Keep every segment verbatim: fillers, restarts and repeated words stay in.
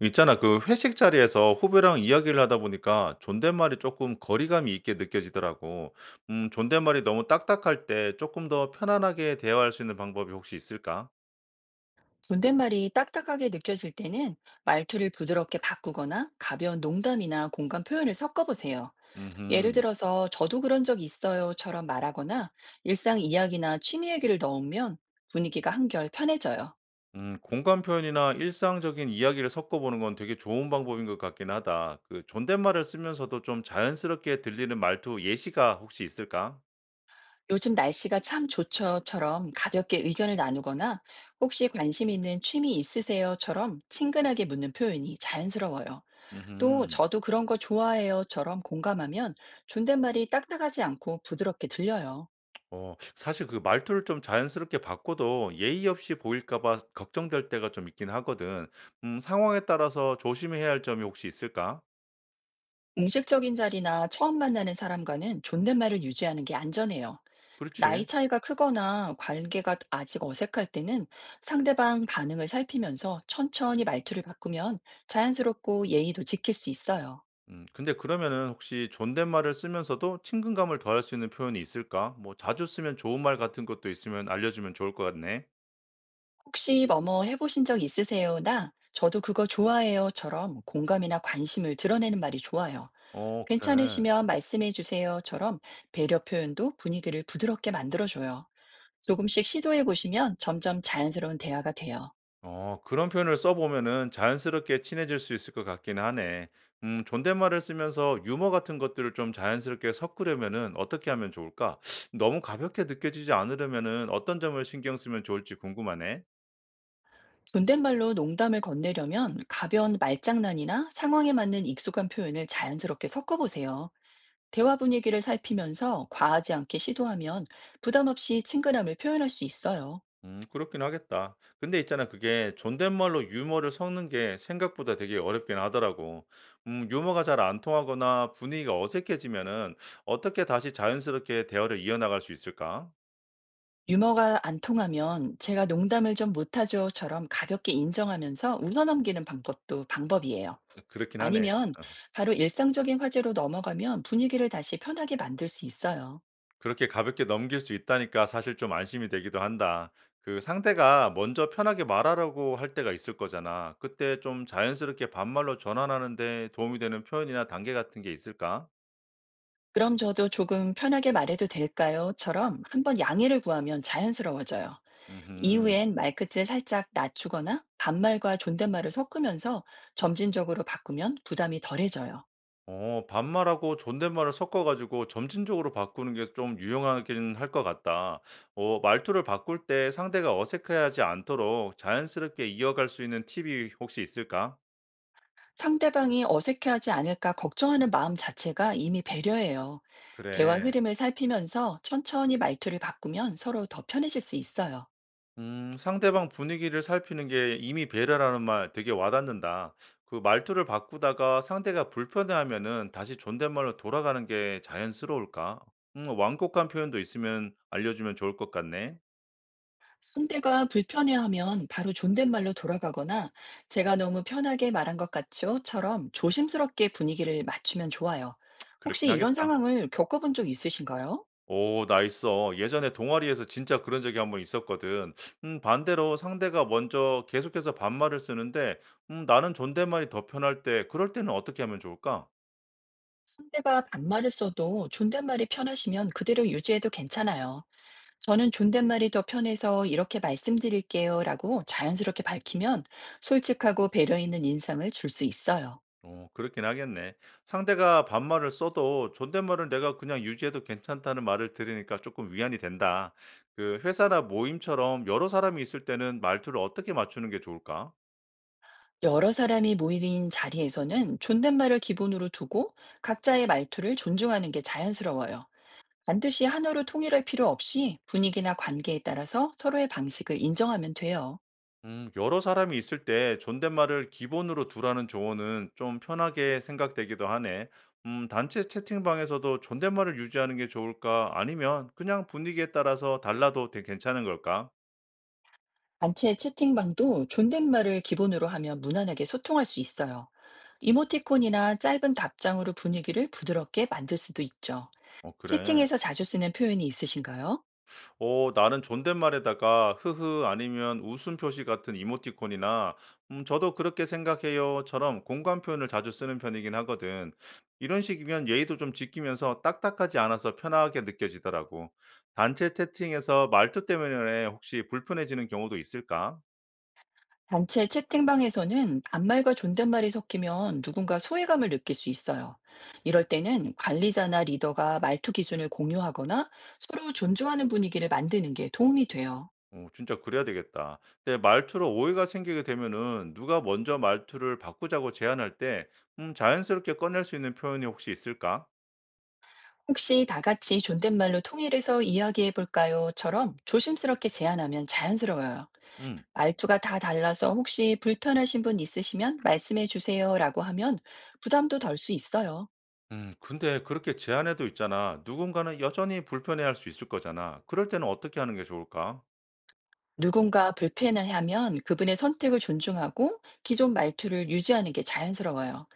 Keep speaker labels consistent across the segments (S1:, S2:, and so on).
S1: 있잖아, 그 회식 자리에서 후배랑 이야기를 하다 보니까 존댓말이 조금 거리감이 있게 느껴지더라고. 음, 존댓말이 너무 딱딱할 때 조금 더 편안하게 대화할 수 있는 방법이 혹시 있을까?
S2: 존댓말이 딱딱하게 느껴질 때는 말투를 부드럽게 바꾸거나 가벼운 농담이나 공감 표현을 섞어보세요. 예를
S1: 음흠.
S2: 들어서 저도 그런 적 있어요처럼 말하거나 일상 이야기나 취미 얘기를 넣으면 분위기가 한결 편해져요.
S1: 음, 공감 표현이나 일상적인 이야기를 섞어보는 건 되게 좋은 방법인 것 같긴 하다. 그 존댓말을 쓰면서도 좀 자연스럽게 들리는 말투 예시가 혹시 있을까?
S2: 요즘 날씨가 참 좋죠처럼 가볍게 의견을 나누거나 혹시 관심 있는 취미 있으세요처럼 친근하게 묻는 표현이 자연스러워요. 또
S1: 음흠.
S2: 저도 그런 거 좋아해요처럼 공감하면 존댓말이 딱딱하지 않고 부드럽게 들려요.
S1: 어 사실 그 말투를 좀 자연스럽게 바꿔도 예의 없이 보일까 봐 걱정될 때가 좀 있긴 하거든. 음 상황에 따라서 조심해야 할 점이 혹시 있을까?
S2: 공식적인 자리나 처음 만나는 사람과는 존댓말을 유지하는 게 안전해요. 나이
S1: 그렇지.
S2: 차이가 크거나 관계가 아직 어색할 때는 상대방 반응을 살피면서 천천히 말투를 바꾸면 자연스럽고 예의도 지킬 수 있어요.
S1: 음 근데 그러면은 혹시 존댓말을 쓰면서도 친근감을 더할 수 있는 표현이 있을까? 뭐 자주 쓰면 좋은 말 같은 것도 있으면 알려주면 좋을 것 같네.
S2: 혹시 뭐뭐 해보신 적 있으세요?나 저도 그거 좋아해요.처럼 공감이나 관심을 드러내는 말이 좋아요.
S1: 어, 그래.
S2: 괜찮으시면 말씀해 주세요.처럼 배려 표현도 분위기를 부드럽게 만들어줘요. 조금씩 시도해 보시면 점점 자연스러운 대화가 돼요.
S1: 어, 그런 표현을 써보면은 자연스럽게 친해질 수 있을 것 같긴 하네. 음, 존댓말을 쓰면서 유머 같은 것들을 좀 자연스럽게 섞으려면은 어떻게 하면 좋을까? 너무 가볍게 느껴지지 않으려면은 어떤 점을 신경 쓰면 좋을지 궁금하네.
S2: 존댓말로 농담을 건네려면 가벼운 말장난이나 상황에 맞는 익숙한 표현을 자연스럽게 섞어보세요. 대화 분위기를 살피면서 과하지 않게 시도하면 부담 없이 친근함을 표현할 수 있어요.
S1: 음, 그렇긴 하겠다. 근데 있잖아, 그게 존댓말로 유머를 섞는 게 생각보다 되게 어렵긴 하더라고. 음, 유머가 잘 안 통하거나 분위기가 어색해지면은 어떻게 다시 자연스럽게 대화를 이어나갈 수 있을까?
S2: 유머가 안 통하면 제가 농담을 좀 못하죠처럼 가볍게 인정하면서 웃어넘기는 방법도 방법이에요.
S1: 그렇긴 하네.
S2: 아니면
S1: 어.
S2: 바로 일상적인 화제로 넘어가면 분위기를 다시 편하게 만들 수 있어요.
S1: 그렇게 가볍게 넘길 수 있다니까 사실 좀 안심이 되기도 한다. 그 상대가 먼저 편하게 말하라고 할 때가 있을 거잖아. 그때 좀 자연스럽게 반말로 전환하는데 도움이 되는 표현이나 단계 같은 게 있을까?
S2: 그럼 저도 조금 편하게 말해도 될까요?처럼 한번 양해를 구하면 자연스러워져요.
S1: 음.
S2: 이후엔 말 끝을 살짝 낮추거나 반말과 존댓말을 섞으면서 점진적으로 바꾸면 부담이 덜해져요.
S1: 어, 반말하고 존댓말을 섞어가지고 점진적으로 바꾸는 게 좀 유용하긴 할 것 같다. 어, 말투를 바꿀 때 상대가 어색해하지 않도록 자연스럽게 이어갈 수 있는 팁이 혹시 있을까?
S2: 상대방이 어색해하지 않을까 걱정하는 마음 자체가 이미 배려예요. 대화
S1: 그래.
S2: 흐름을 살피면서 천천히 말투를 바꾸면 서로 더 편해질 수 있어요.
S1: 음, 상대방 분위기를 살피는 게 이미 배려라는 말 되게 와닿는다. 그 말투를 바꾸다가 상대가 불편해하면은 다시 존댓말로 돌아가는 게 자연스러울까? 음, 완곡한 표현도 있으면 알려주면 좋을 것 같네.
S2: 상대가 불편해하면 바로 존댓말로 돌아가거나 제가 너무 편하게 말한 것 같죠?처럼 조심스럽게 분위기를 맞추면 좋아요.
S1: 그렇긴
S2: 혹시 이런
S1: 하겠다.
S2: 상황을 겪어본 적 있으신가요?
S1: 오, 나 있어. 예전에 동아리에서 진짜 그런 적이 한번 있었거든. 음, 반대로 상대가 먼저 계속해서 반말을 쓰는데, 음, 나는 존댓말이 더 편할 때, 그럴 때는 어떻게 하면 좋을까?
S2: 상대가 반말을 써도 존댓말이 편하시면 그대로 유지해도 괜찮아요. 저는 존댓말이 더 편해서 이렇게 말씀드릴게요 라고 자연스럽게 밝히면 솔직하고 배려 있는 인상을 줄 수 있어요.
S1: 어 그렇긴 하겠네. 상대가 반말을 써도 존댓말을 내가 그냥 유지해도 괜찮다는 말을 들으니까 조금 위안이 된다. 그 회사나 모임처럼 여러 사람이 있을 때는 말투를 어떻게 맞추는 게 좋을까?
S2: 여러 사람이 모인 자리에서는 존댓말을 기본으로 두고 각자의 말투를 존중하는 게 자연스러워요. 반드시 한어로 통일할 필요 없이 분위기나 관계에 따라서 서로의 방식을 인정하면 돼요.
S1: 음, 여러 사람이 있을 때 존댓말을 기본으로 두라는 조언은 좀 편하게 생각되기도 하네. 음, 단체 채팅방에서도 존댓말을 유지하는 게 좋을까? 아니면 그냥 분위기에 따라서 달라도 되- 괜찮은 걸까?
S2: 단체 채팅방도 존댓말을 기본으로 하면 무난하게 소통할 수 있어요. 이모티콘이나 짧은 답장으로 분위기를 부드럽게 만들 수도 있죠.
S1: 어, 그래.
S2: 채팅에서 자주 쓰는 표현이 있으신가요?
S1: 오, 나는 존댓말에다가 "흐흐." 아니면 웃음 표시 같은 이모티콘이나 "음 저도 그렇게 생각해요."처럼 공감 표현을 자주 쓰는 편이긴 하거든. 이런 식이면 예의도 좀 지키면서 딱딱하지 않아서 편하게 느껴지더라고. 단체 채팅에서 말투 때문에 혹시 불편해지는 경우도 있을까?
S2: 단체 채팅방에서는 반말과 존댓말이 섞이면 누군가 소외감을 느낄 수 있어요. 이럴 때는 관리자나 리더가 말투 기준을 공유하거나 서로 존중하는 분위기를 만드는 게 도움이 돼요.
S1: 오, 진짜 그래야 되겠다. 근데 말투로 오해가 생기게 되면은 누가 먼저 말투를 바꾸자고 제안할 때 음 자연스럽게 꺼낼 수 있는 표현이 혹시 있을까?
S2: 혹시 다 같이 존댓말로 통일해서 이야기해 볼까요?처럼 조심스럽게 제안하면 자연스러워요.
S1: 음.
S2: 말투가 다 달라서 혹시 불편하신 분 있으시면 말씀해 주세요라고 하면 부담도 덜 수 있어요.
S1: 음, 근데 그렇게 제안해도 있잖아. 누군가는 여전히 불편해할 수 있을 거잖아. 그럴 때는 어떻게 하는 게 좋을까?
S2: 누군가 불편을 하면 그분의 선택을 존중하고 기존 말투를 유지하는 게 자연스러워요.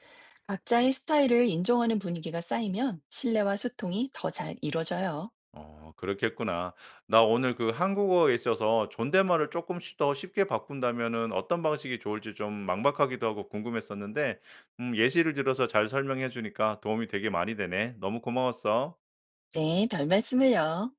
S2: 각자의 스타일을 인정하는 분위기가 쌓이면 신뢰와 소통이 더 잘 이루어져요.
S1: 어, 그렇겠구나. 나 오늘 그 한국어에 있어서 존댓말을 조금씩 더 쉽게 바꾼다면은 어떤 방식이 좋을지 좀 막막하기도 하고 궁금했었는데, 음, 예시를 들어서 잘 설명해 주니까 도움이 되게 많이 되네. 너무 고마웠어.
S2: 네, 별 말씀을요.